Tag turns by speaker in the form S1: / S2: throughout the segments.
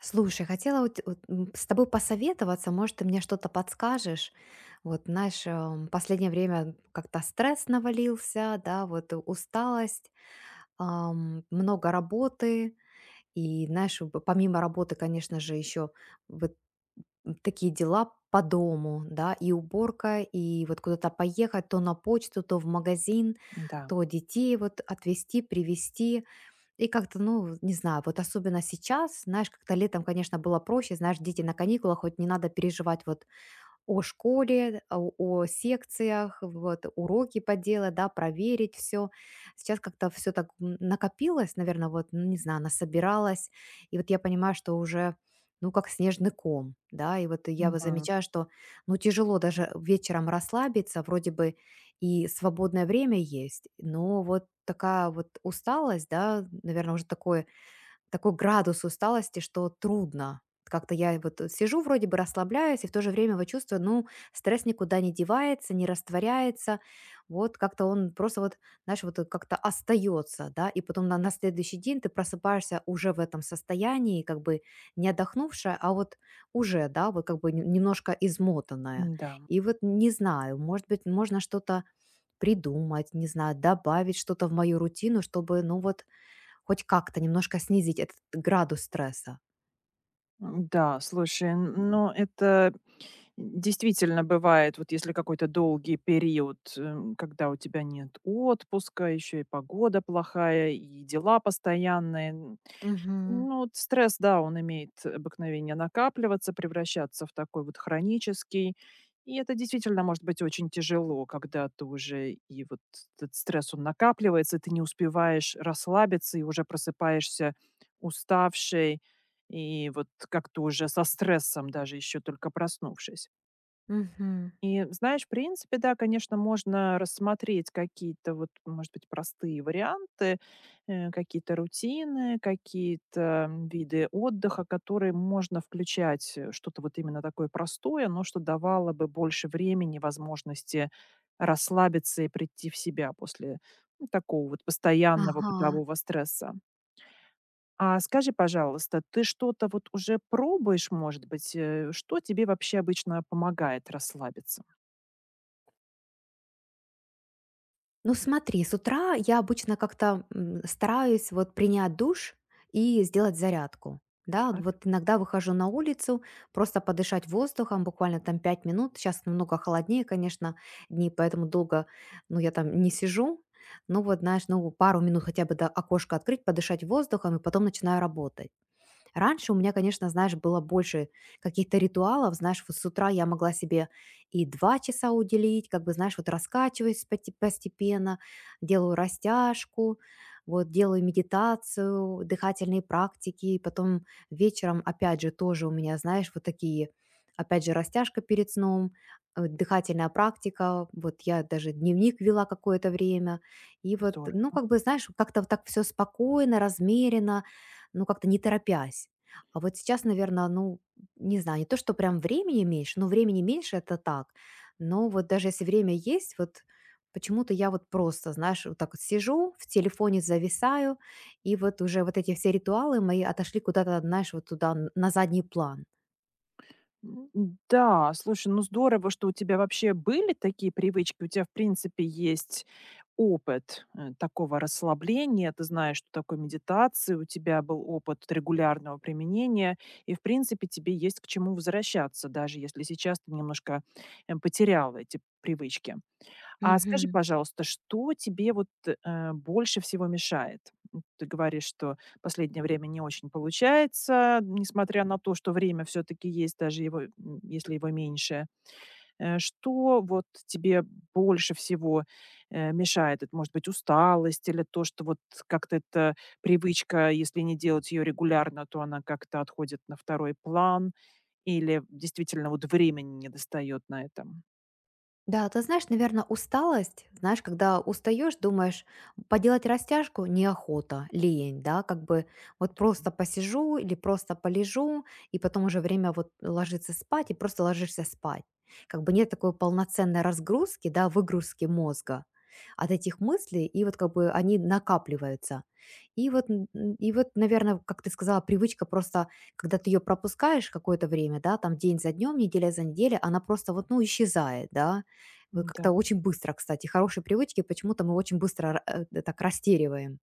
S1: Слушай, хотела вот с тобой посоветоваться, может, ты мне что-то подскажешь. Вот, знаешь, последнее время как-то стресс навалился, да, вот усталость, много работы, и, знаешь, помимо работы, конечно же, еще вот такие дела по дому, да, и уборка, и вот куда-то поехать, то на почту, то в магазин,
S2: Да,
S1: то детей вот отвезти, привезти. И как-то, ну, не знаю, вот особенно сейчас, знаешь, как-то летом, конечно, было проще, знаешь, дети на каникулах, хоть не надо переживать вот о школе, о секциях, вот, уроки поделать, да, проверить все. Сейчас как-то все так накопилось, наверное, вот, ну, не знаю, насобиралось. И вот я понимаю, что уже, ну, как снежный ком, да, и вот я вот
S2: мгм,
S1: замечаю, что, ну, тяжело даже вечером расслабиться, вроде бы и свободное время есть, но вот такая вот усталость, да, наверное, уже такое такой градус усталости, что трудно. Как-то я вот сижу, вроде бы расслабляюсь, и в то же время вот чувствую, ну, стресс никуда не девается, не растворяется. Вот как-то он просто вот, знаешь, вот как-то остается, да, и потом на следующий день ты просыпаешься уже в этом состоянии, как бы не отдохнувшая, а вот уже, да, вот как бы немножко измотанная.
S2: да,
S1: И вот не знаю, может быть, можно что-то придумать, не знаю, добавить что-то в мою рутину, чтобы, ну вот, хоть как-то немножко снизить этот градус стресса.
S2: слушай, н ну, это действительно бывает, вот если какой-то долгий период, когда у тебя нет отпуска, еще и погода плохая, и дела постоянные.
S1: Мгм.
S2: Ну, вот стресс, да, он имеет обыкновение накапливаться, превращаться в такой вот хронический. И это действительно может быть очень тяжело, когда ты уже и вот этот стресс, он накапливается, и ты не успеваешь расслабиться, и уже просыпаешься уставшей, и вот как-то уже со стрессом, даже еще только проснувшись.
S1: Мгм.
S2: И знаешь, в принципе, да, конечно, можно рассмотреть какие-то вот, может быть, простые варианты, какие-то рутины, какие-то виды отдыха, которые можно включать, что-то вот именно такое простое, но что давало бы больше времени, возможности расслабиться и прийти в себя после ну, такого вот постоянного
S1: Ага.
S2: бытового стресса. А скажи, пожалуйста, ты что-то вот уже пробуешь, может быть, что тебе вообще обычно помогает расслабиться?
S1: Ну смотри, с утра я обычно как-то, стараюсь вот принять душ и сделать зарядку. Да, вот иногда выхожу на улицу, просто подышать воздухом, буквально там 5 минут. Сейчас намного холоднее, конечно, дни, поэтому долго, ну, я там не сижу. Ну, вот, знаешь, ну, пару минут хотя бы до окошка открыть, подышать воздухом, и потом начинаю работать. Раньше у меня, конечно, знаешь, было больше каких-то ритуалов, знаешь, вот с утра я могла себе и 2 часа уделить, как бы, знаешь, вот раскачиваюсь постепенно, делаю растяжку, вот делаю медитацию, дыхательные практики, потом вечером, опять же, тоже у меня, знаешь, вот такие, опять же, растяжка перед сном, дыхательная практика, вот я даже дневник вела какое-то время, и вот, ну,
S2: Здорово.
S1: как бы, знаешь, как-то вот так все спокойно, размеренно, ну, как-то не торопясь. А вот сейчас, наверное, ну, не знаю, не то, что прям времени меньше, но времени меньше это так. Но вот даже если время есть, вот почему-то я вот просто, знаешь, вот так вот сижу, в телефоне зависаю, и вот уже вот эти все ритуалы мои отошли куда-то, знаешь, вот туда, на задний план.
S2: Да, слушай, ну здорово, что у тебя вообще были такие привычки. У тебя, в принципе, есть опыт, такого расслабления. Ты знаешь, что такое медитация, у тебя был опыт регулярного применения, и, в принципе, тебе есть к чему возвращаться, даже если сейчас ты немножко, потеряла эти привычки. А скажи,
S1: Мгм.
S2: пожалуйста, что тебе вот, больше всего мешает? Ты говоришь, что последнее время не очень получается, несмотря на то, что время все таки есть, даже его, если его меньше. Что вот тебе больше всего, мешает? Это может быть усталость или то, что вот как-то эта привычка, если не делать ее регулярно, то она как-то отходит на второй план, или действительно вот времени не достает на этом?
S1: Да, ты знаешь, наверное, усталость, знаешь, когда устаешь, думаешь, поделать растяжку неохота, лень, да, как бы вот просто посижу или просто полежу, и потом уже время вот ложиться спать, и просто ложишься спать. Как бы нет такой полноценной разгрузки, да, выгрузки мозга от этих мыслей, и вот как бы они накапливаются. И вот, и вот, наверное, как ты сказала, привычка просто, когда ты ее пропускаешь какое-то время, да, там день за днем, неделя за неделей, она просто вот, ну, исчезает, да, вы
S2: Да.
S1: как-то очень быстро, кстати. Хорошие привычки почему-то мы очень быстро так растериваем.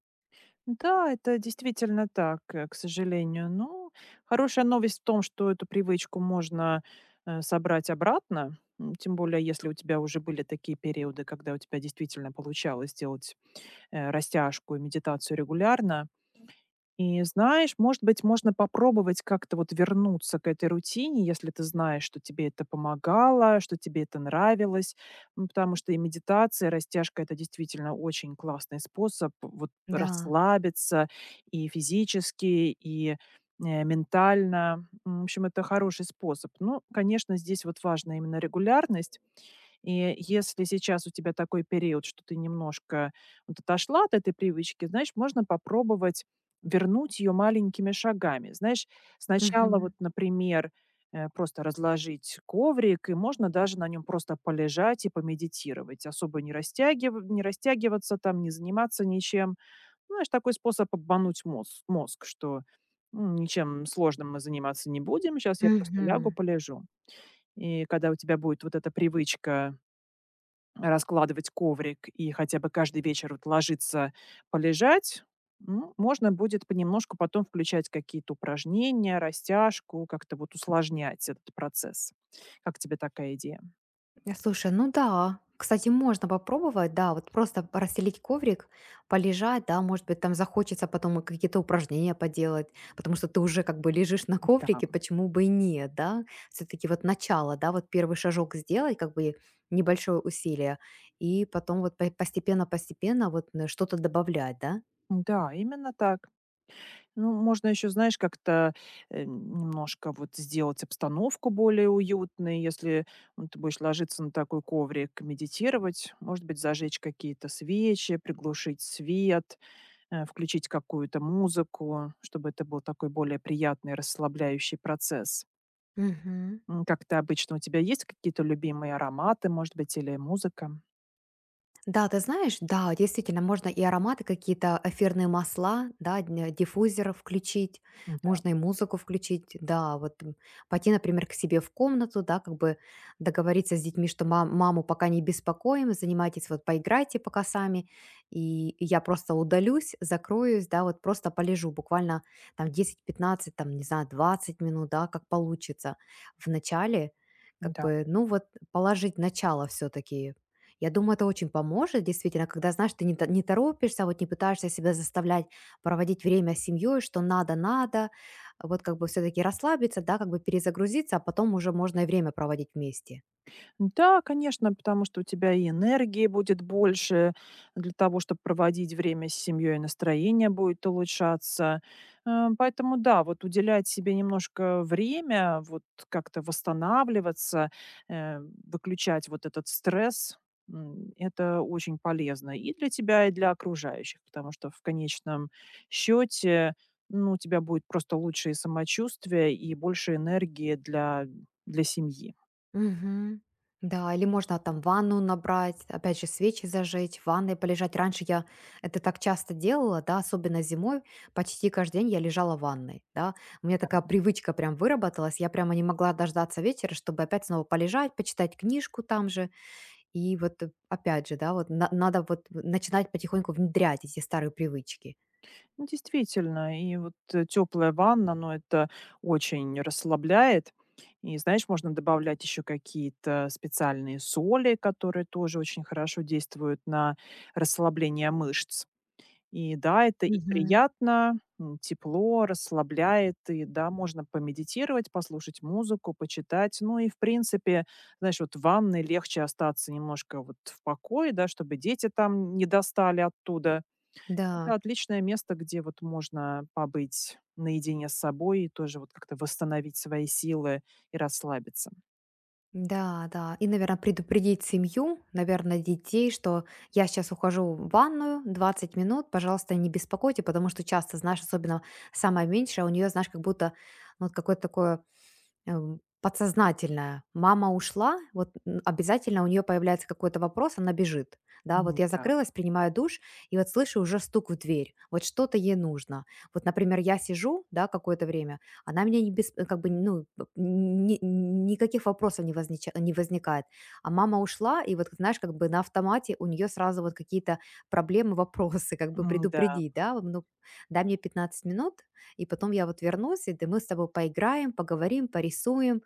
S2: Да, это действительно так, к сожалению. Ну, хорошая новость в том, что эту привычку можно собрать обратно, тем более если у тебя уже были такие периоды, когда у тебя действительно получалось делать растяжку и медитацию регулярно, и знаешь, может быть, можно попробовать как-то вот вернуться к этой рутине, если ты знаешь, что тебе это помогало, что тебе это нравилось. Потому что и медитация, и растяжка— это действительно очень классный способ вот
S1: Да.
S2: расслабиться и физически, и ментально. В общем, это хороший способ. Ну, конечно, здесь вот важна именно регулярность, и если сейчас у тебя такой период, что ты немножко вот отошла от этой привычки, знаешь, можно попробовать вернуть ее маленькими шагами. Знаешь, сначала
S1: Мгм.
S2: вот, например, просто разложить коврик, и можно даже на нем просто полежать и помедитировать, особо не растягиваться там, не заниматься ничем. Ну, знаешь, такой способ обмануть мозг, что ничем сложным мы заниматься не будем, сейчас я просто лягу,
S1: Мгм.
S2: полежу». И когда у тебя будет вот эта привычка раскладывать коврик и хотя бы каждый вечер вот ложиться полежать, ну, можно будет понемножку потом включать какие-то упражнения, растяжку, как-то вот усложнять этот процесс. Как тебе такая идея?
S1: Слушай, ну да. Кстати, можно попробовать, да, вот просто расстелить коврик, полежать, да, может быть, там захочется потом и какие-то упражнения поделать, потому что ты уже как бы лежишь на
S2: Да,
S1: коврике, почему бы и нет, да? Все-таки вот начало, да, вот первый шажок сделать, как бы небольшое усилие, и потом вот постепенно-постепенно вот что-то добавлять, да?
S2: да, именно так. Ну, можно еще, знаешь, как-то немножко вот сделать обстановку более уютной, если ну, ты будешь ложиться на такой коврик, медитировать, может быть, зажечь какие-то свечи, приглушить свет, включить какую-то музыку, чтобы это был такой более приятный, расслабляющий процесс.
S1: Мгм.
S2: Как ты обычно, у тебя есть какие-то любимые ароматы, может быть, или музыка?
S1: Да, ты знаешь, да, действительно, можно и ароматы какие-то, эфирные масла, да, диффузер включить,
S2: Да,
S1: можно и музыку включить, да, вот пойти, например, к себе в комнату, да, как бы договориться с детьми, что маму пока не беспокоим, занимайтесь, вот поиграйте пока сами, и я просто удалюсь, закроюсь, да, вот просто полежу буквально там 10-15, там, не знаю, 20 минут, да, как получится в начале, как
S2: да.
S1: бы, ну вот положить начало все-таки. Я думаю, это очень поможет, действительно, когда, знаешь, ты не, не торопишься, а вот не пытаешься себя заставлять проводить время с семьей, что надо, надо, вот как бы все-таки расслабиться, да, как бы перезагрузиться, а потом уже можно и время проводить вместе.
S2: Да, конечно, потому что у тебя и энергии будет больше для того, чтобы проводить время с семьей, настроение будет улучшаться. Э, Поэтому да, вот уделять себе немножко время, вот как-то восстанавливаться, выключать вот этот стресс, это очень полезно и для тебя, и для окружающих, потому что в конечном счете ну, у тебя будет просто лучшее самочувствие и больше энергии для, для семьи.
S1: Мгм. Да, или можно там ванну набрать, опять же, свечи зажечь, в ванной полежать. Раньше я это так часто делала, да, особенно зимой, почти каждый день я лежала в ванной, да. У меня
S2: Да.
S1: такая привычка прям выработалась, я прямо не могла дождаться вечера, чтобы опять снова полежать, почитать книжку там же. И вот, опять же, да, вот на надо вот начинать потихоньку внедрять эти старые привычки.
S2: Ну, действительно, и вот теплая ванна, ну, это очень расслабляет. И, знаешь, можно добавлять еще какие-то специальные соли, которые тоже очень хорошо действуют на расслабление мышц. И да, это и
S1: Мгм.
S2: приятно, тепло, расслабляет, и да, можно помедитировать, послушать музыку, почитать. Ну и, в принципе, знаешь, вот в ванной легче остаться немножко вот в покое, да, чтобы дети там не достали оттуда,
S1: Да,
S2: это отличное место, где вот можно побыть наедине с собой и тоже вот как-то восстановить свои силы и расслабиться.
S1: да, да. И, наверное, предупредить семью, наверное, детей, что я сейчас ухожу в ванную 20 минут, пожалуйста, не беспокойте, потому что часто, знаешь, особенно самая меньшая, у нее, знаешь, как будто, ну, вот какое-то такое подсознательная. Мама ушла, вот, обязательно у нее появляется какой-то вопрос, она бежит. Да, вот я
S2: Да,
S1: закрылась, принимаю душ, и вот слышу уже стук в дверь. Вот что-то ей нужно. Вот, например, я сижу, да, какое-то время, она меня не бес как бы, ну, п ни никаких вопросов не возникает. А мама ушла, и вот, знаешь, как бы на автомате у нее сразу вот какие-то проблемы, вопросы, как бы
S2: да.
S1: предупредить, да, вот, ну: «Дай мне 15 минут, и потом я вот вернусь, и мы с тобой поиграем, поговорим, порисуем».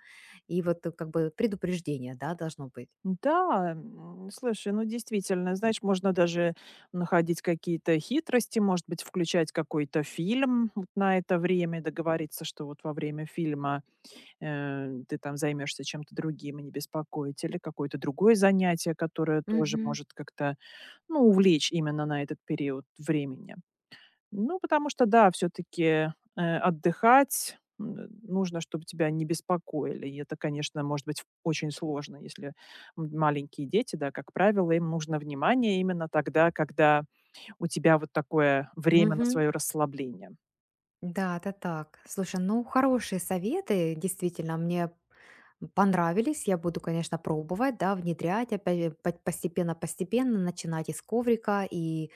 S1: И вот как бы предупреждение, да, должно быть.
S2: Да, слушай, ну действительно, знаешь, можно даже находить какие-то хитрости, может быть, включать какой-то фильм вот на это время, договориться, что вот во время фильма, ты там займешься чем-то другим и не беспокоить, или какое-то другое занятие, которое тоже
S1: Мгм.
S2: может как-то, ну, увлечь именно на этот период времени. Ну, потому что, да, все-таки отдыхать нужно, чтобы тебя не беспокоили. И это, конечно, может быть очень сложно, если маленькие дети, да, как правило, им нужно внимание именно тогда, когда у тебя вот такое время на
S1: Мгм.
S2: свое расслабление.
S1: Да, это так. Слушай, ну хорошие советы, действительно, мне понравились, я буду, конечно, пробовать, да, внедрять, опять же, постепенно-постепенно начинать и с коврика, и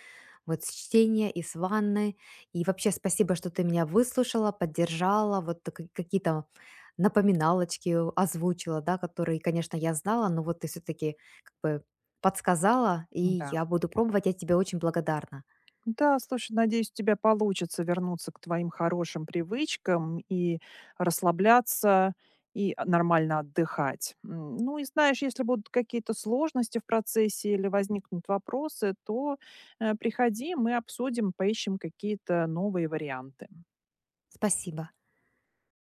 S1: вот с чтения, и с ванны. И вообще спасибо, что ты меня выслушала, поддержала, какие-то напоминалочки озвучила, да, которые, конечно, я знала, но вот ты все-таки как бы подсказала, и
S2: Да.
S1: я буду пробовать, я тебе очень благодарна.
S2: Да, слушай, надеюсь, у тебя получится вернуться к твоим хорошим привычкам и расслабляться, и нормально отдыхать. М, Ну и знаешь, если будут какие-то сложности в процессе или возникнут вопросы, то приходи, мы обсудим, поищем какие-то новые варианты.
S1: Спасибо.